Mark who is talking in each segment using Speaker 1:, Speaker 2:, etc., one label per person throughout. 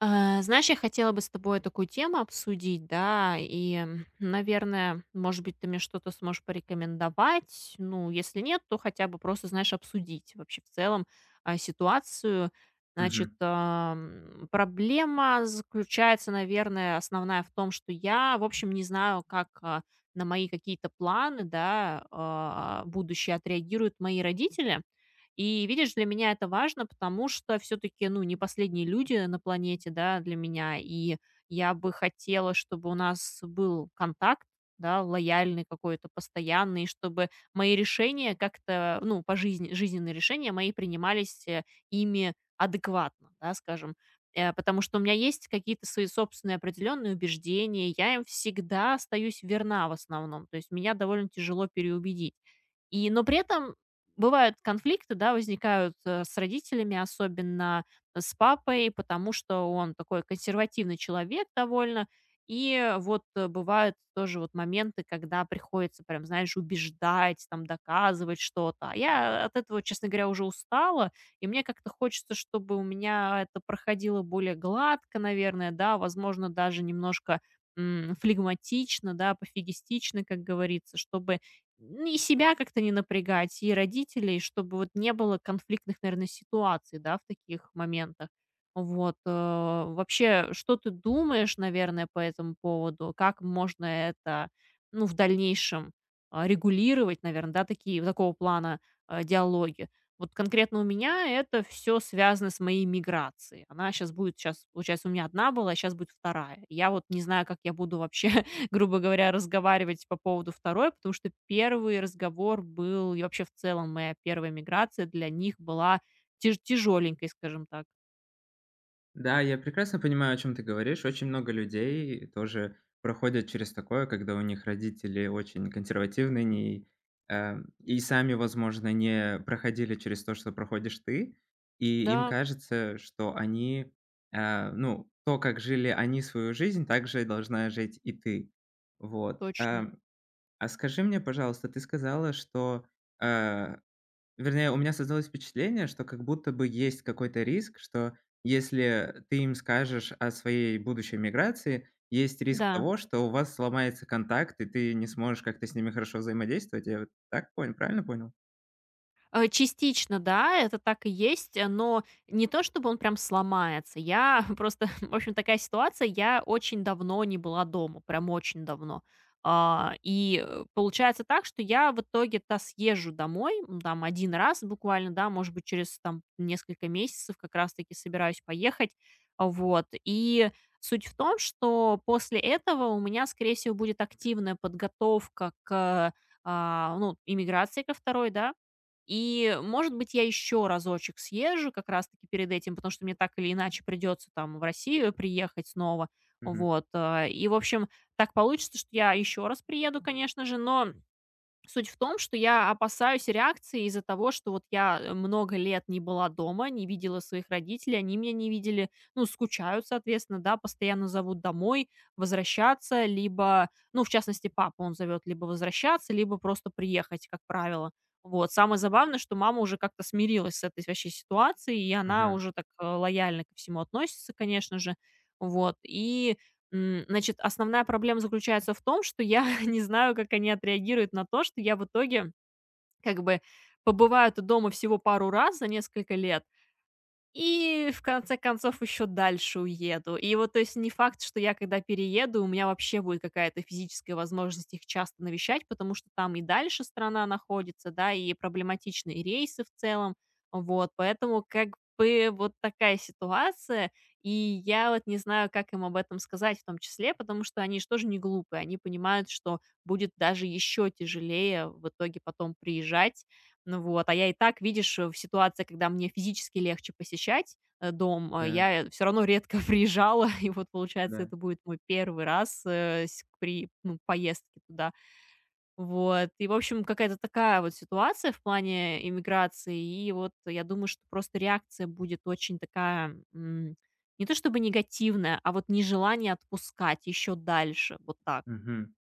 Speaker 1: Знаешь, я хотела бы с тобой такую тему обсудить, да, и, наверное, может быть, ты мне что-то сможешь порекомендовать. Ну, если нет, то хотя бы просто, знаешь, обсудить вообще в целом ситуацию. Значит,
Speaker 2: Мгм.
Speaker 1: проблема заключается, наверное, основная в том, что я, в общем, не знаю, как на мои какие-то планы, да, будущее отреагируют мои родители. И видишь, для меня это важно, потому что все таки ну, не последние люди на планете, да, для меня. И я бы хотела, чтобы у нас был контакт, да, лояльный какой-то, постоянный, чтобы мои решения как-то, ну, по жизни жизненные решения мои принимались, ими адекватно, да, скажем. Потому что у меня есть какие-то свои собственные определенные убеждения, я им всегда остаюсь верна в основном, то есть меня довольно тяжело переубедить. Но при этом бывают конфликты, да, возникают, с родителями, особенно с папой, потому что он такой консервативный человек довольно. И вот, бывают тоже вот моменты, когда приходится прям, знаешь, убеждать, там, доказывать что-то. А я от этого, честно говоря, уже устала, и мне как-то хочется, чтобы у меня это проходило более гладко, наверное, да, возможно, даже немножко, флегматично, да, пофигистично, как говорится, чтобы Н и себя как-то не напрягать, и родителей, чтобы вот не было конфликтных, наверное, ситуаций, да, в таких моментах. Вот, вообще, что ты думаешь, наверное, по этому поводу? Как можно это, ну, в дальнейшем, регулировать, наверное, да, такие такого плана, диалоги? Вот конкретно у меня это все связано с моей миграцией. Она сейчас получается, у меня одна была, сейчас будет вторая. Я вот не знаю, как я буду вообще грубо говоря, разговаривать по поводу второй, потому что первый разговор был и вообще в целом моя первая миграция для них была тяжеленькой, скажем так.
Speaker 2: Да, я прекрасно понимаю, о чем ты говоришь. Очень много людей тоже проходят через такое, когда у них родители очень консервативны, не э, и сами, возможно, не проходили через то, что проходишь ты. И им
Speaker 1: Да,
Speaker 2: кажется, что они, ну, то, как жили они свою жизнь, так же должна жить и ты. Вот.
Speaker 1: точно.
Speaker 2: А скажи мне, пожалуйста, ты сказала, что, э Вернее, у меня создалось впечатление, что как будто бы есть какой-то риск, что если ты им скажешь о своей будущей миграции, есть риск
Speaker 1: Да.
Speaker 2: того, что у вас сломается контакт, и ты не сможешь как-то с ними хорошо взаимодействовать. Я вот так понял, правильно понял?
Speaker 1: Частично, да, это так и есть, но не то, чтобы он прям сломается. Я просто, в общем, такая ситуация. Я очень давно не была дома, прям очень давно. Получается так, что я в итоге-то съезжу домой, там, один раз буквально, да, может быть, через там несколько месяцев как раз-таки собираюсь поехать, вот. И суть в том, что после этого у меня, скорее всего, будет активная подготовка к ну, иммиграции ко второй, да, и, может быть, я еще разочек съезжу как раз-таки перед этим, потому что мне так или иначе придется там в Россию приехать снова.
Speaker 2: Мгм.
Speaker 1: Вот. И, в общем, так получится, что я еще раз приеду, конечно же, но суть в том, что я опасаюсь реакции из-за того, что вот я, много лет не была дома, не видела своих родителей, они меня не видели, ну, скучают, соответственно, да, постоянно зовут домой, возвращаться, либо, ну, в частности, папа, он зовет либо возвращаться, либо просто приехать, как правило. Вот. Самое забавное, что мама уже как-то смирилась с этой вообще ситуацией, и она
Speaker 2: Ага,
Speaker 1: уже так, лояльно ко всему относится, конечно же. Вот. И значит, основная проблема заключается в том, что я не знаю, как они отреагируют на то, что я в итоге как бы побываю-то дома всего пару раз за несколько лет, и в конце концов еще дальше уеду. И вот, то есть, не факт, что я, когда перееду, у меня вообще будет какая-то физическая возможность их часто навещать, потому что там и дальше страна находится, да, и проблематичные рейсы в целом. Вот, поэтому как бы вот такая ситуация. И я вот не знаю, как им об этом сказать в том числе, потому что они же тоже не глупые. Они понимают, что будет даже еще тяжелее в итоге потом приезжать ну вот, а я и так, видишь, в ситуации, когда мне физически легче посещать, дом,
Speaker 2: да,
Speaker 1: я все равно редко приезжала, и вот, получается,
Speaker 2: да.
Speaker 1: это будет мой первый раз, ну, поездке туда. Вот, и, в общем, какая-то такая вот ситуация в плане иммиграции, и вот я думаю, что просто реакция будет очень такая, не то чтобы негативная, а вот нежелание отпускать еще дальше, вот так.
Speaker 2: Мгм.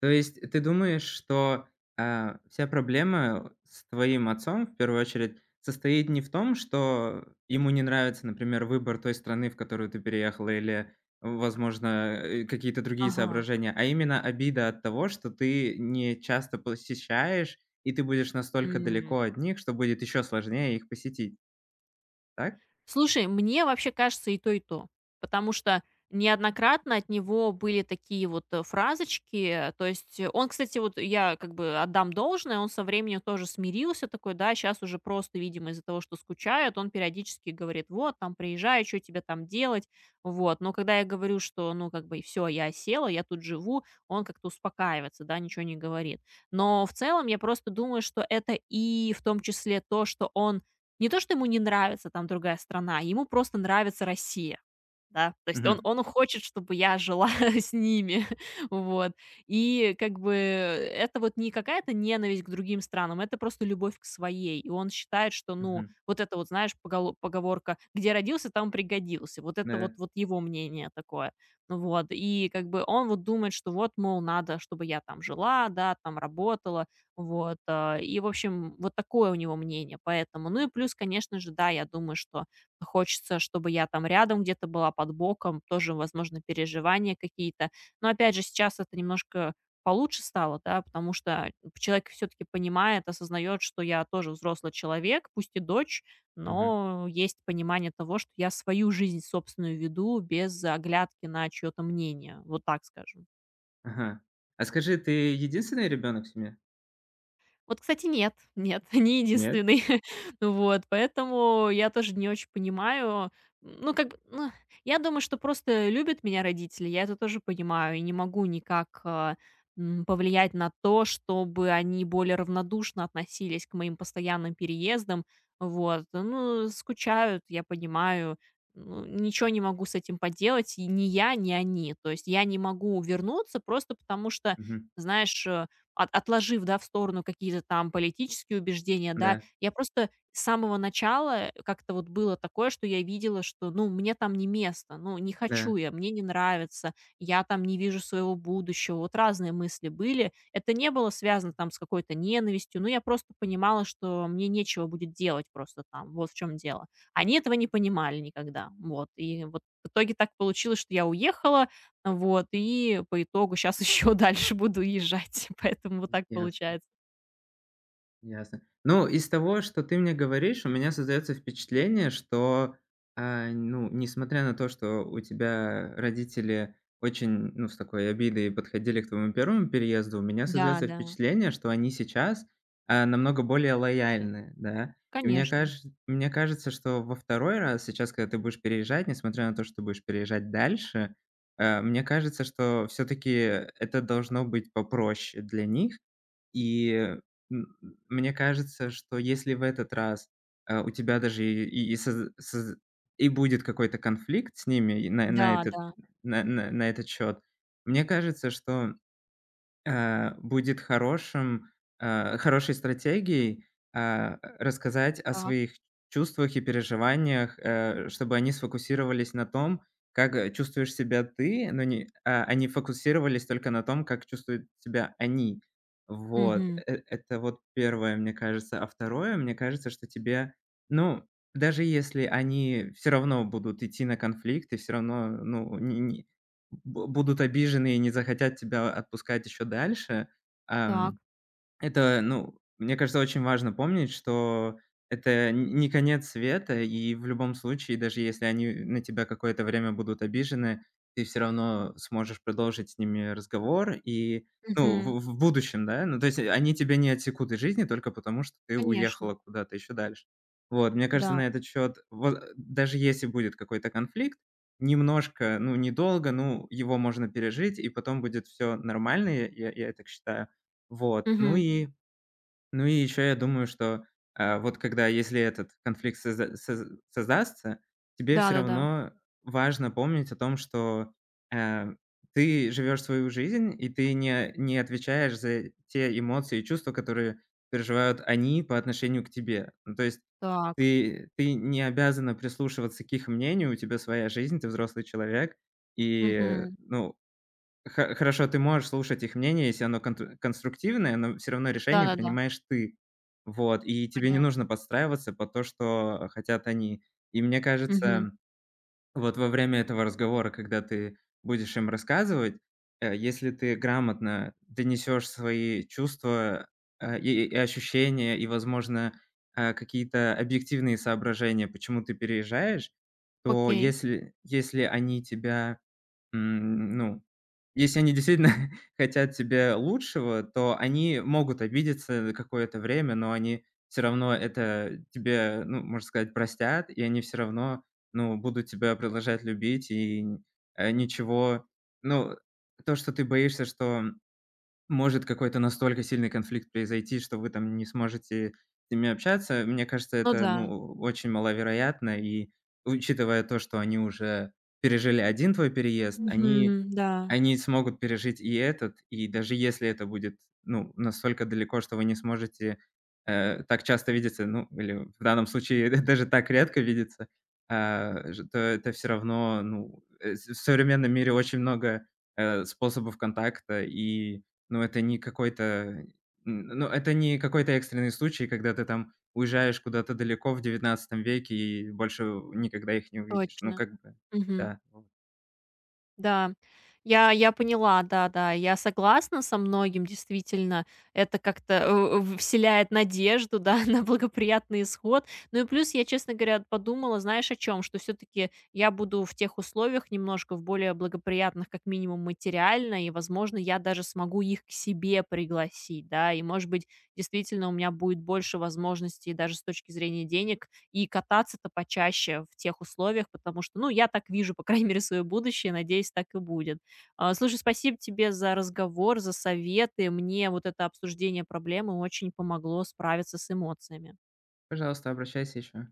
Speaker 2: То есть ты думаешь, что, вся проблема с твоим отцом, в первую очередь, состоит не в том, что ему не нравится, например, выбор той страны, в которую ты переехала, или, возможно, какие-то другие
Speaker 1: Ага.
Speaker 2: соображения, а именно обида от того, что ты не часто посещаешь, и ты будешь настолько далеко от них, что будет еще сложнее их посетить, так?
Speaker 1: Слушай, мне вообще кажется и то, и то. Потому что неоднократно от него были такие вот фразочки. То есть он, кстати, вот я как бы отдам должное, он со временем тоже смирился такой, да, сейчас уже просто, видимо, из-за того, что скучает, он периодически говорит, вот, там, приезжай, что тебе там делать, вот. Но когда я говорю, что, ну, как бы, все, я села, я тут живу, он как-то успокаивается, да, ничего не говорит. Но в целом я просто думаю, что это и в том числе то, что он не то, что ему не нравится там другая страна, ему просто нравится Россия. Да, то есть он
Speaker 2: Мгм,
Speaker 1: он хочет, чтобы я жила с ними, вот. И как бы это вот не какая-то ненависть к другим странам, это просто любовь к своей. И он считает, что, ну,
Speaker 2: мгм,
Speaker 1: вот это вот, знаешь, погало поговорка: "Где родился, там пригодился". Вот это вот
Speaker 2: да,
Speaker 1: вот его мнение такое. Ну вот, и как бы он вот думает, что вот, мол, надо, чтобы я там жила, да, там работала, вот, и, в общем, вот такое у него мнение, поэтому. Ну и плюс, конечно же, да, я думаю, что хочется, чтобы я там рядом где-то была, под боком, тоже, возможно, переживания какие-то. Но опять же, сейчас это немножко получше стало, да, потому что человек все-таки понимает, осознает, что я тоже взрослый человек, пусть и дочь,
Speaker 2: мгм,
Speaker 1: но есть понимание того, что я свою жизнь собственную веду без оглядки на чье-то мнение. Вот так скажем.
Speaker 2: ага. А скажи, ты единственный ребенок в семье?
Speaker 1: Вот, кстати, нет, нет, не
Speaker 2: Нет?
Speaker 1: единственный. Вот, поэтому я тоже не очень понимаю. Ну, как бы, ну, я думаю, что просто любят меня родители, я это тоже понимаю, и не могу никак повлиять на то, чтобы они более равнодушно относились к моим постоянным переездам. Вот, ну, скучают, я понимаю, ну, ничего не могу с этим поделать, и ни я, ни они. То есть я не могу вернуться просто потому что,
Speaker 2: Мгм,
Speaker 1: знаешь, от отложив, да, в сторону какие-то там политические убеждения, да,
Speaker 2: да,
Speaker 1: я просто с самого начала как-то вот было такое, что я видела, что, ну, мне там не место, ну, не
Speaker 2: да.
Speaker 1: хочу я, мне не нравится, я там не вижу своего будущего. Вот разные мысли были. Это не было связано там с какой-то ненавистью, но я просто понимала, что мне нечего будет делать просто там, вот в чем дело. Они этого не понимали никогда, вот. И вот в итоге так получилось, что я уехала, вот, и по итогу сейчас еще дальше буду езжать, поэтому вот так
Speaker 2: Ясно,
Speaker 1: получается.
Speaker 2: ясно. Ну, из того, что ты мне говоришь, у меня создается впечатление, что, ну, несмотря на то, что у тебя родители очень, ну, с такой обидой подходили к твоему первому переезду, у меня
Speaker 1: Да,
Speaker 2: создается
Speaker 1: да,
Speaker 2: впечатление, что они сейчас, намного более лояльны, да. И
Speaker 1: конечно.
Speaker 2: мне кажется, что во второй раз, сейчас, когда ты будешь переезжать, несмотря на то, что ты будешь переезжать дальше, мне кажется, что все таки это должно быть попроще для них. И, м, мне кажется, что если в этот раз, у тебя даже и соз соз и будет какой-то конфликт с ними и на
Speaker 1: Да,
Speaker 2: этот
Speaker 1: да.
Speaker 2: на этот счет, мне кажется, что будет хорошим, хорошей стратегией, рассказать о
Speaker 1: Так.
Speaker 2: своих чувствах и переживаниях, э, чтобы они сфокусировались на том, как, чувствуешь себя ты, но не они фокусировались только на том, как чувствуют себя они. Вот,
Speaker 1: Мгм.
Speaker 2: это вот первое, мне кажется. А второе, мне кажется, что тебе, ну, даже если они все равно будут идти на конфликт, и все равно, ну, не б будут обижены и не захотят тебя отпускать еще дальше.
Speaker 1: Так.
Speaker 2: Ам, это, ну, мне кажется, очень важно помнить, что это н не конец света, и в любом случае, даже если они на тебя какое-то время будут обижены, ты все равно сможешь продолжить с ними разговор и, ну,
Speaker 1: Мгм.
Speaker 2: в будущем, да. Ну, то есть они тебя не отсекут из жизни только потому, что ты
Speaker 1: Конечно.
Speaker 2: уехала куда-то еще дальше. Вот, мне кажется,
Speaker 1: Да.
Speaker 2: на этот счет, вот, даже если будет какой-то конфликт, немножко, ну, недолго, ну, его можно пережить, и потом будет все нормально, я так считаю. Вот. Ну
Speaker 1: Мгм.
Speaker 2: и ну и еще я думаю, что, вот когда если этот конфликт создастся, тебе все
Speaker 1: Да-да-да.
Speaker 2: равно важно помнить о том, что, э, ты живешь свою жизнь, и ты не отвечаешь за те эмоции и чувства, которые переживают они по отношению к тебе. Ну, то есть
Speaker 1: Так.
Speaker 2: ты не обязана прислушиваться к их мнению, у тебя своя жизнь, ты взрослый человек. И,
Speaker 1: Мгм.
Speaker 2: ну, Хо хорошо, ты можешь слушать их мнение, если оно контр конструктивное, но все равно решение
Speaker 1: Да-да-да.
Speaker 2: принимаешь ты. Вот, и тебе не нужно
Speaker 1: Понятно.
Speaker 2: подстраиваться под то, что хотят они. И мне
Speaker 1: Мгм.
Speaker 2: кажется, вот во время этого разговора, когда ты будешь им рассказывать, если ты грамотно донесешь свои чувства, и ощущения, и, возможно, какие-то объективные соображения, почему ты переезжаешь, то
Speaker 1: Окей.
Speaker 2: если они тебя ну, если они действительно хотят тебе лучшего, то они могут обидеться на какое-то время, но они все равно это тебе, ну, можно сказать, простят, и они все равно, ну, будут тебя продолжать любить, и, н- э, ничего ну, то, что ты боишься, что может какой-то настолько сильный конфликт произойти, что вы там не сможете с ними общаться. Мне кажется,
Speaker 1: Ну
Speaker 2: это,
Speaker 1: да.
Speaker 2: ну, очень маловероятно. И учитывая то, что они уже пережили один твой переезд, они
Speaker 1: Мгм. Да.
Speaker 2: они смогут пережить и этот. И даже если это будет, ну, настолько далеко, что вы не сможете, так часто видеться, ну, или в данном случае даже так редко видеться, а, ж то это все равно, ну, э, с в современном мире очень много, способов контакта, и ну, это не какой-то, н ну, это не какой-то экстренный случай, когда ты там уезжаешь куда-то далеко в XIX веке и больше никогда их не увидишь. Ну,
Speaker 1: Точно.
Speaker 2: как бы,
Speaker 1: Мгм.
Speaker 2: да. Вот.
Speaker 1: Да, я поняла, да-да, я согласна со многим, действительно. Это как-то, в вселяет надежду, да, на благоприятный исход. Ну и плюс я, честно говоря, подумала, знаешь, о чем. Что все таки я буду в тех условиях немножко в более благоприятных, как минимум, материально, и, возможно, я даже смогу их к себе пригласить, да. И, может быть, действительно у меня будет больше возможностей даже с точки зрения денег и кататься-то почаще в тех условиях, потому что, ну, я так вижу, по крайней мере, свое будущее, надеюсь, так и будет. Слушай, спасибо тебе за разговор, за советы. Мне вот это обсуждение проблемы очень помогло справиться с эмоциями.
Speaker 2: Пожалуйста, обращайся еще.